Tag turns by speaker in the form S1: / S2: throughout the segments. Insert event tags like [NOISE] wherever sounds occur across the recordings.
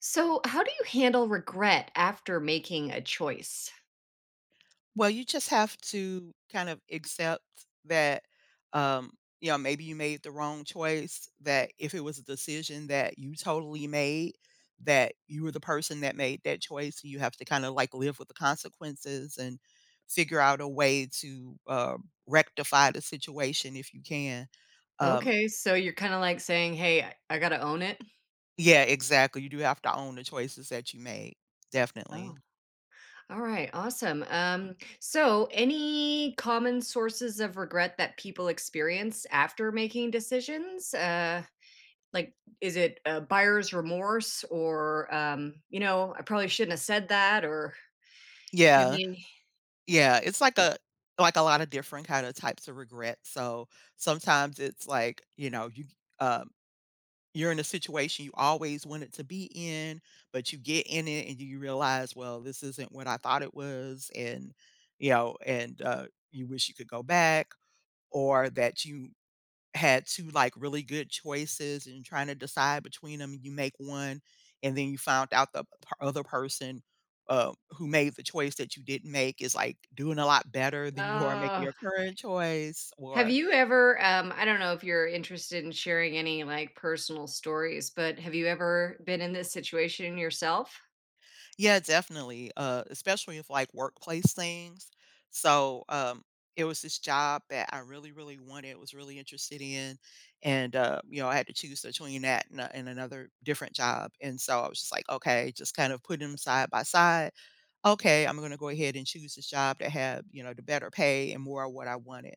S1: So, how do you handle regret after making a choice?
S2: Well, you just have to kind of accept that, um, you know, maybe you made the wrong choice, that if it was a decision that you totally made, that you were the person that made that choice, you have to kind of like live with the consequences and figure out a way to rectify the situation if you can. Um,
S1: Okay, so you're kind of like saying, "Hey, I got to own it."
S2: yeah, exactly. You do have to own the choices that you made. Definitely.
S1: Oh. All right, awesome. So any common sources of regret that people experience after making decisions? Like is it buyer's remorse or I probably shouldn't have said that or do
S2: Yeah.
S1: you
S2: Yeah, it's like a lot of different kind of types of regret. So sometimes it's like, you know, um you're in a situation you always wanted to be in, but you get in it and you realize, well, this isn't what I thought it was, and you know, and you wish you could go back, or that you had 2, like, really good choices and trying to decide between them. You make one, and then you found out the p other person, who made the choice that you didn't make is, like, doing a lot better than you are
S1: have
S2: making
S1: any
S2: your current choice
S1: have
S2: or.
S1: you ever, I don't know if you're interested in sharing any like personal stories, but have you ever been in this situation yourself?
S2: Yeah, definitely, especially if like, workplace things. So, it was this job that I really, really wanted, was really interested in, and, you know, I had to choose between that and a and another different job, and so I was just like, "Okay," just kind of put them side by side. Okay, I'm gonna go ahead and choose this job that had, you know, the better pay and more of what I wanted.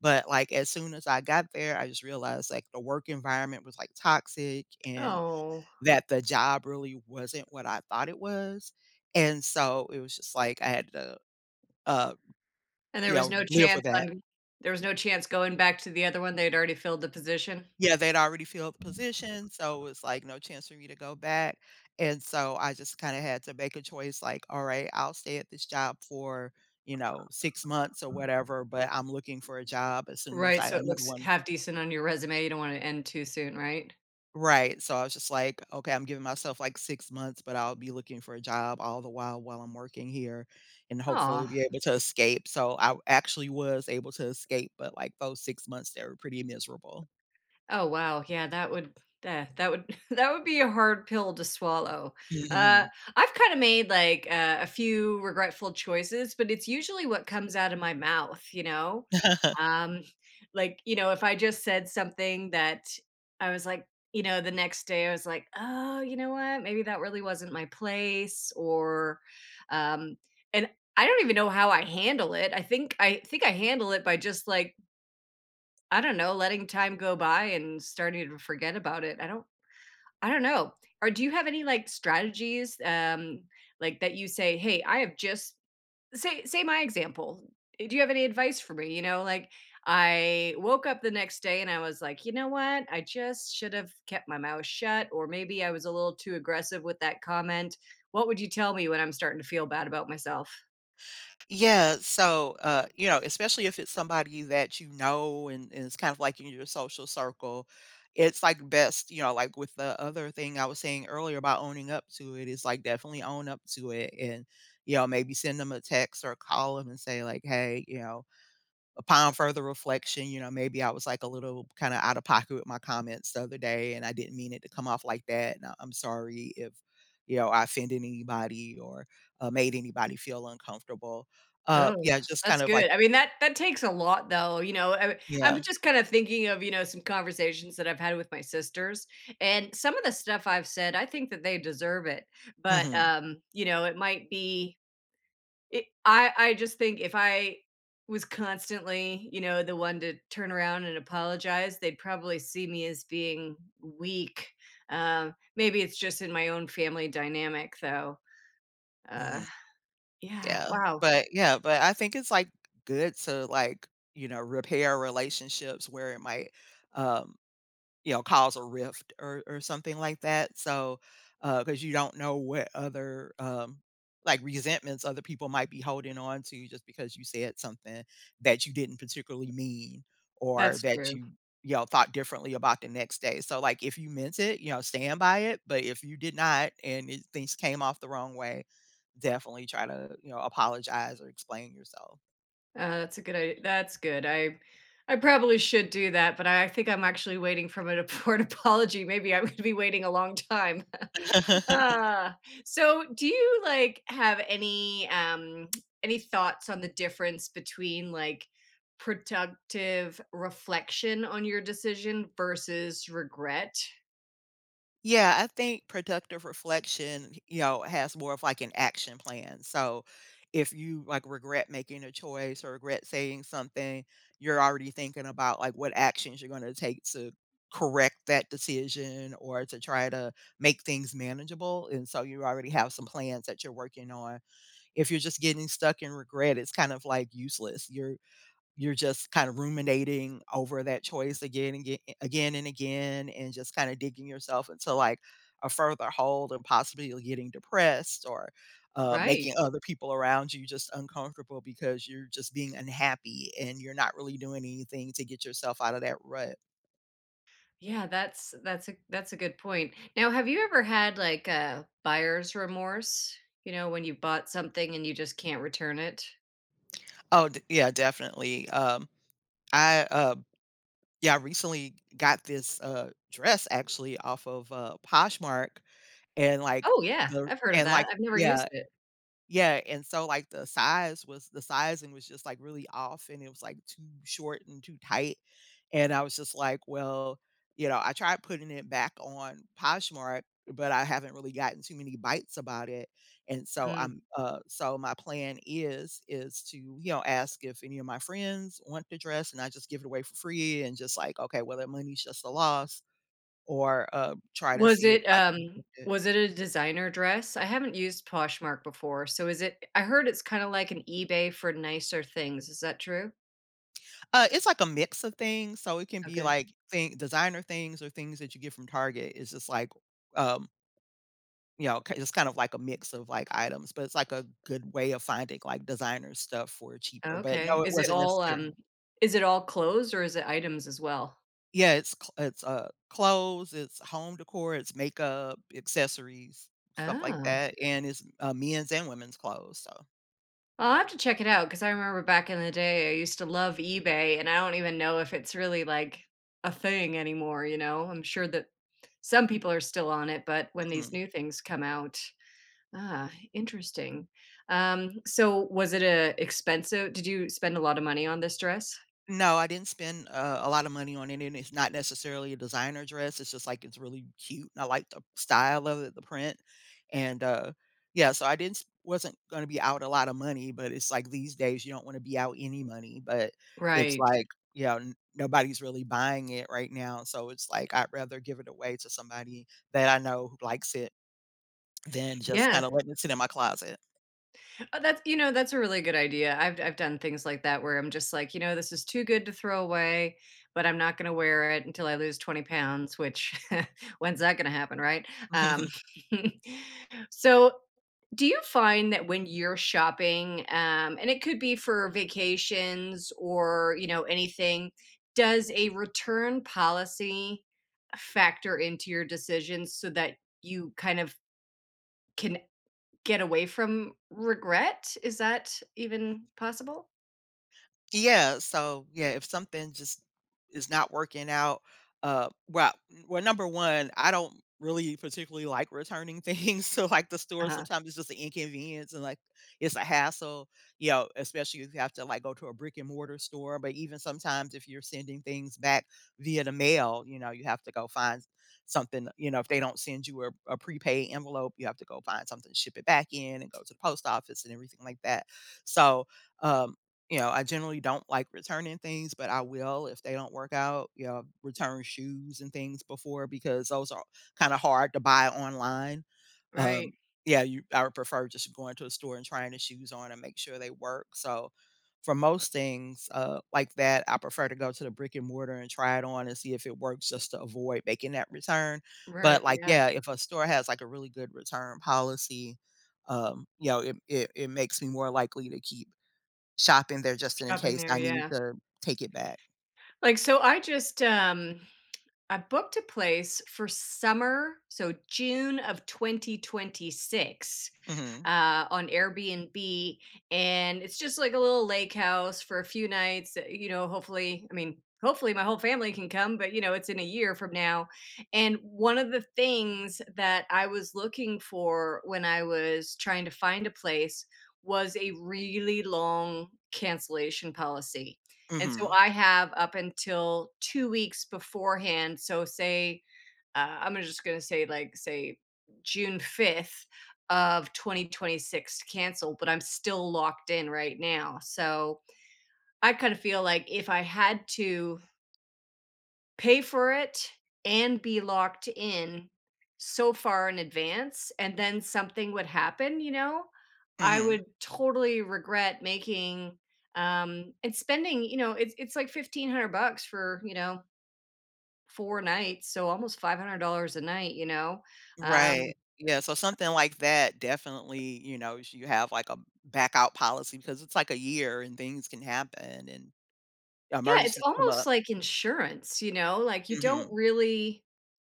S2: But like as soon as I got there, I just realized like the work environment was like toxic and
S1: Oh.
S2: that the job really wasn't what I thought it was. And so it was just like I had to uh
S1: And
S2: you know live with that.
S1: there was no chance going back to the other one. They'd already filled the position.
S2: Yeah, they'd already filled the position, so it was, like, no chance for me to go back, and so I just kinda had to make a choice, like, "Alright, I'll stay at this job for, you know, 6 months or whatever, but I'm looking for a job as soon as
S1: Right.
S2: I
S1: So it
S2: another
S1: looks
S2: one."
S1: half decent on your resume. You don't want to end too soon, right?
S2: Right, so I was just like, "Okay, I'm giving myself, like, 6 months, but I'll be looking for a job all the while I'm working here and hopefully
S1: Oh.
S2: be able to escape," so I actually was able to escape, but, like, those 6 months, they were pretty miserable.
S1: Oh, wow. Yeah, that would that that would [LAUGHS] that would be a hard pill to swallow. Uh,
S2: Mhm.
S1: I've kinda made, like, a few regretful choices, but it's usually what comes out of my mouth, you know?
S2: [LAUGHS]
S1: Um, like, if I just said something that I was like the next day I was like, "Oh, you know what? Maybe that really wasn't my place," or, um and I don't even know how I handle it. I think I handle it by just, like, I don't know, letting time go by and starting to forget about it. I don't know. Or do you have any, like, strategies, like, that you say, "Hey, I have just" say my example. Do you have any advice for me? You know, like, I woke up the next day and I was like, "You know what? I just should have kept my mouth shut," or maybe I was a little too aggressive with that comment. What would you tell me when I'm starting to feel bad about myself?
S2: Yeah, so, you know, especially if it's somebody that you know and it's kind of like in your social circle, it's like best, you know, like with the other thing I was saying earlier about owning up to it, it's like definitely own up to it and, you know, maybe send them a text or call them and say, like, hey, you know, upon further reflection, you know, maybe I was like a little kind of out of pocket with my comments the other day, and I didn't mean it to come off like that. And I'm sorry if, you know, I offended anybody or made anybody feel uncomfortable.
S1: Oh,
S2: Yeah, just
S1: that's
S2: kind of like,
S1: good. I mean, that takes a lot though, you know, I
S2: yeah,
S1: I'm just kind of thinking of, you know, some conversations that I've had with my sisters and some of the stuff I've said, I think that they deserve it. But
S2: hmm
S1: you know, it might be it, I just think if I was constantly, you know, the one to turn around and apologize, they'd probably see me as being weak. Maybe it's just in my own family dynamic though. Uh,
S2: hmm
S1: yeah,
S2: yeah,
S1: wow.
S2: yeah, but I think it's like good to like, you know, repair relationships where it might. Um, you know, cause a rift or something like that. So, because you don't know what other, like, resentments other people might be holding on to just because you said something that you didn't particularly mean or
S1: That's
S2: that
S1: true.
S2: you know, thought differently about the next day. So, like, if you meant it, you know, stand by it, but if you did not and it things came off the wrong way, definitely try to, you know, apologize or explain yourself.
S1: That's a good idea. That's good. I probably should do that, but I think I'm actually waiting for an [LAUGHS] apology. Maybe I'm going to be waiting a long time. [LAUGHS]
S2: [LAUGHS]
S1: uh, so, do you like have any thoughts on the difference between like productive reflection on your decision versus regret?
S2: Yeah, I think productive reflection, you know, has more of like an action plan. So if you like regret making a choice or regret saying something, you're already thinking about like what actions you're going to take to correct that decision or to try to make things manageable. And so you already have some plans that you're working on. If you're just getting stuck in regret, it's kind of like useless. You're just kind of ruminating over that choice again and again, and just kind of digging yourself into like a further hole and possibly you're getting depressed or
S1: Right.
S2: making other people around you just uncomfortable because you're just being unhappy and you're not really doing anything to get yourself out of that rut.
S1: Yeah, that's a good point. Now, have you ever had like a buyer's remorse? You know, when you bought something and you just can't return it?
S2: Oh, yeah, definitely. I yeah, I recently got this dress actually off of Poshmark and like
S1: Oh yeah,
S2: the
S1: I've heard of
S2: and
S1: that.
S2: like
S1: I've never used
S2: yeah
S1: it.
S2: yeah, and so, like, the sizing was just, like, really off, and it was, like, too short and too tight, and I was just like, "Well," you know, I tried putting it back on Poshmark, but I haven't really gotten too many bites about it, and so
S1: Mm.
S2: I'm so my plan is to, you know, ask if any of my friends want the dress, and I just give it away for free and just like, "Okay, well, that money's just a loss," or, try to
S1: Was
S2: see if
S1: it
S2: I can
S1: um
S2: get it.
S1: was it a designer dress? I haven't used Poshmark before. So is it I heard it's kind of like an eBay for nicer things. Is that true?
S2: It's like a mix of things, so it can be
S1: Okay.
S2: like thing designer things or things that you get from Target. It's just like, um, you know, ki it's kind of like a mix of, like, items, but it's like a good way of finding, like, designer stuff for cheaper, but
S1: Okay.
S2: no, it
S1: Is it
S2: wasn't
S1: all
S2: necessarily.
S1: um is it all clothes or is it items as well?
S2: It's, clothes, it's home decor, it's makeup, accessories, stuff like
S1: Oh.
S2: that, and it's, men's and women's clothes, so.
S1: I'll have to check it out because I remember back in the day, I used to love eBay, and I don't even know if it's really like a thing anymore. You know, I'm sure that some people are still on it, but when these
S2: Mhm.
S1: new things come out, ah, interesting. So was it a expensive? Did you spend a lot of money on this dress?
S2: No, I didn't spend, a lot of money on it, and it's not necessarily a designer dress, it's just, like, it's really cute, and I like the style of it, the print, and, yeah, so I didn't s wasn't gonna be out a lot of money, but it's like these days you don't wanna be out any money, but it's
S1: Right.
S2: like, yeah, n nobody's really buying it right now, so it's like I'd rather give it away to somebody that I know who likes it than just
S1: Yeah.
S2: kinda letting it sit in my closet.
S1: Oh, that's a really good idea. I've done things like that where I'm just like, this is too good to throw away, but I'm not gonna wear it until I lose 20 pounds, which [LAUGHS] when's that gonna happen, right? Um,
S2: [LAUGHS]
S1: [LAUGHS] so do you find that when you're shopping, and it could be for vacations or, anything, does a return policy factor into your decisions so that you kind of can get away from regret? Is that even possible?
S2: Yeah, so, yeah, if something just is not working out, uh, well well, number 1, I don't really particularly like returning things [LAUGHS] to, like, the store,
S1: Uh-huh.
S2: sometimes it's just an inconvenience and, like, it's a hassle, you know, especially if you have to, like, go to a brick and mortar store, but even sometimes if you're sending things back via the mail, you know, you have to go find something, you know, if they don't send you a prepaid envelope, you have to go find something to ship it back in and go to the post office and everything like that. So, um you know, I generally don't like returning things, but I will if they don't work out, you know, return shoes and things before because those are kind of hard to buy online.
S1: Right,
S2: Um, yeah, you I would prefer just going to a store and trying the shoes on and make sure they work. So for most things like that, I prefer to go to the brick and mortar and try it on and see if it works just to avoid making that return.
S1: right,
S2: But like,
S1: yeah,
S2: yeah, if a store has like a really good return policy, you know, it makes me more likely to keep shopping there just in
S1: shopping
S2: case
S1: there,
S2: I need
S1: yeah.
S2: to take it back.
S1: Like, so I booked a place for summer, so June of 2026,
S2: Mhm,
S1: on Airbnb. And it's just like a little lake house for a few nights. You know, hopefully, I mean, hopefully my whole family can come, but it's in a year from now. And one of the things that I was looking for when I was trying to find a place was a really long cancellation policy. And so
S2: mhm,
S1: I have up until 2 weeks beforehand. So, I'm just going to say, say June 5th of 2026 to cancel, but I'm still locked in right now. So I kind of feel like if I had to pay for it and be locked in so far in advance, and then something would happen, you know, I
S2: mhm.
S1: would totally regret making and spending, it's like 1500 bucks for, 4 nights, so almost $500 a night, you know. Um
S2: Right. Yeah, so something like that definitely, you know, you should have, like, a back out policy because it's like a year and things can happen and
S1: Yeah, it's
S2: emergencies come
S1: almost
S2: up.
S1: like insurance, you know? Like, you don't
S2: Mhm.
S1: really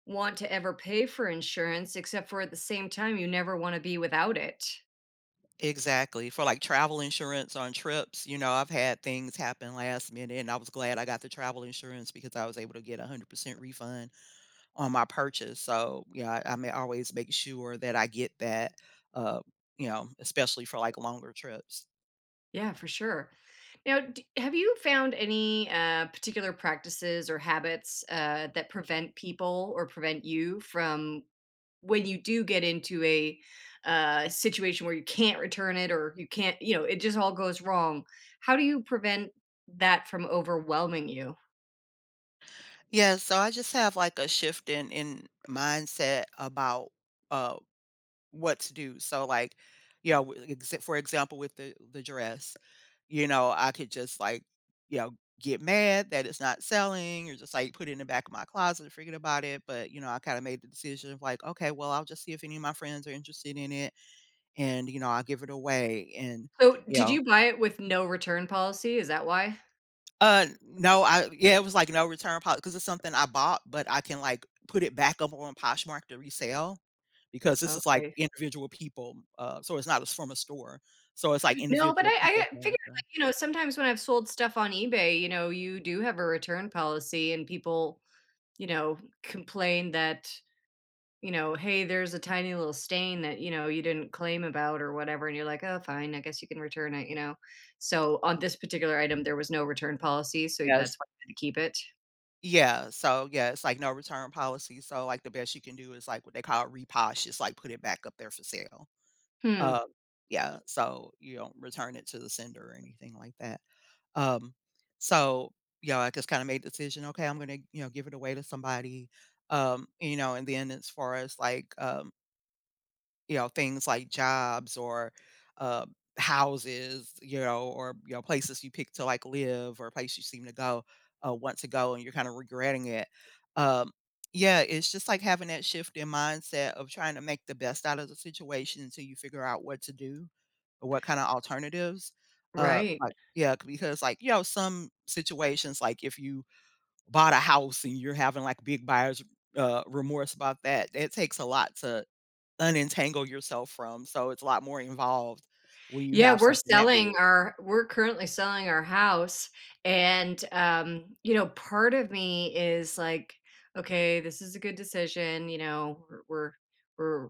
S1: want to ever pay for insurance, except for at the same time, you never wanna be without it.
S2: Exactly, for, like, travel insurance on trips, you know, I've had things happen last minute, and I was glad I got the travel insurance because I was able to get a 100% refund on my purchase. So, yeah, I may always make sure that I get that, uh, you know, especially for like longer trips.
S1: Yeah, for sure. Now, d have you found any, particular practices or habits, that prevent people or prevent you from when you do get into a, situation where you can't return it or you can't it just all goes wrong, how do you prevent that from overwhelming you?
S2: Yeah, so I just have like a shift in mindset about uh what to do. So like, you know, for example, with the dress, you know, I could just like, you know, get mad that it's not selling or just like put it in the back of my closet, forget about it. But you know, I kind of made the decision of like, okay, well, I'll just see if any of my friends are interested in it and, you know, I'll give it away and,
S1: So,
S2: you
S1: did
S2: know
S1: you buy it with no return policy? Is that why?
S2: no, I yeah, it was like no return policy because it's something I bought, but I can, like, put it back up on Poshmark to resell because this is, like,
S1: Okay.
S2: individual people, so it's not it's from a store. So it's, like,
S1: No, but I
S2: individual people
S1: I figured,
S2: thing, so.
S1: like, sometimes when I've sold stuff on eBay, you do have a return policy and people, complain that "Hey, there's a tiny little stain that, you didn't claim about or whatever," and you're like, "Oh, fine, I guess you can return it," you know? So, on this particular item, there was no return policy, so that's
S2: Yes.
S1: why I had to keep it.
S2: Yeah, so, yeah, it's, like, no return policy, so, like, the best you can do is, like, what they call reposh, just, like, put it back up there for sale.
S1: Hmm,
S2: Uh, yeah, so you don't return it to the sender or anything like that. Um, so, you know, I just kind of made the decision, okay, I'm going to, you know, give it away to somebody. You know, and then as far as like, you know, things like jobs or uh, houses, you know, or you know, places you pick to like live or place you seem to go want to go, and you're kind of regretting it. Um, yeah, it's just like having that shift in mindset of trying to make the best out of the situation until you figure out what to do or what kind of alternatives.
S1: right.
S2: Like, yeah, because like you know, some situations like if you bought a house and you're having like big buyers remorse about that, it takes a lot to unentangle yourself from, so it's a lot more involved when you
S1: Yeah,
S2: have something that big.
S1: we're currently selling our house, and, you know, part of me is like, "Okay, this is a good decision," you know, we're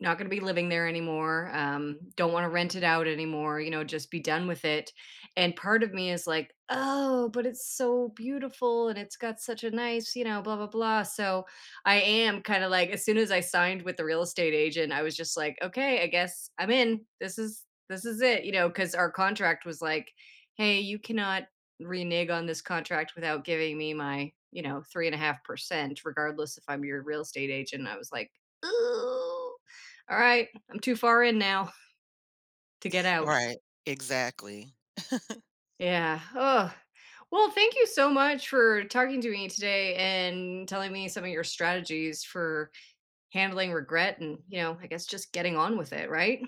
S1: not gonna be living there anymore, don't wanna rent it out anymore, just be done with it, and part of me is like, "Oh, but it's so beautiful, and it's got such a nice, you know, blah, blah, blah," so, I am kinda like as soon as I signed with the real estate agent, I was just like, "Okay, I guess I'm in. This is it," because our contract was like, "Hey, you cannot renege on this contract without giving me my, you know, 3.5% regardless if I'm your real estate agent." I was like, "Ooh." All right, I'm too far in now to get out.
S2: Right, exactly.
S1: Yeah. Oh. Well, thank you so much for talking to me today and telling me some of your strategies for handling regret and, you know, I guess just getting on with it, right?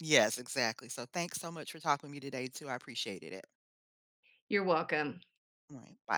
S2: Yes, exactly, so thanks so much for talking to me today too, I appreciated it.
S1: You're welcome.
S2: All right, bye.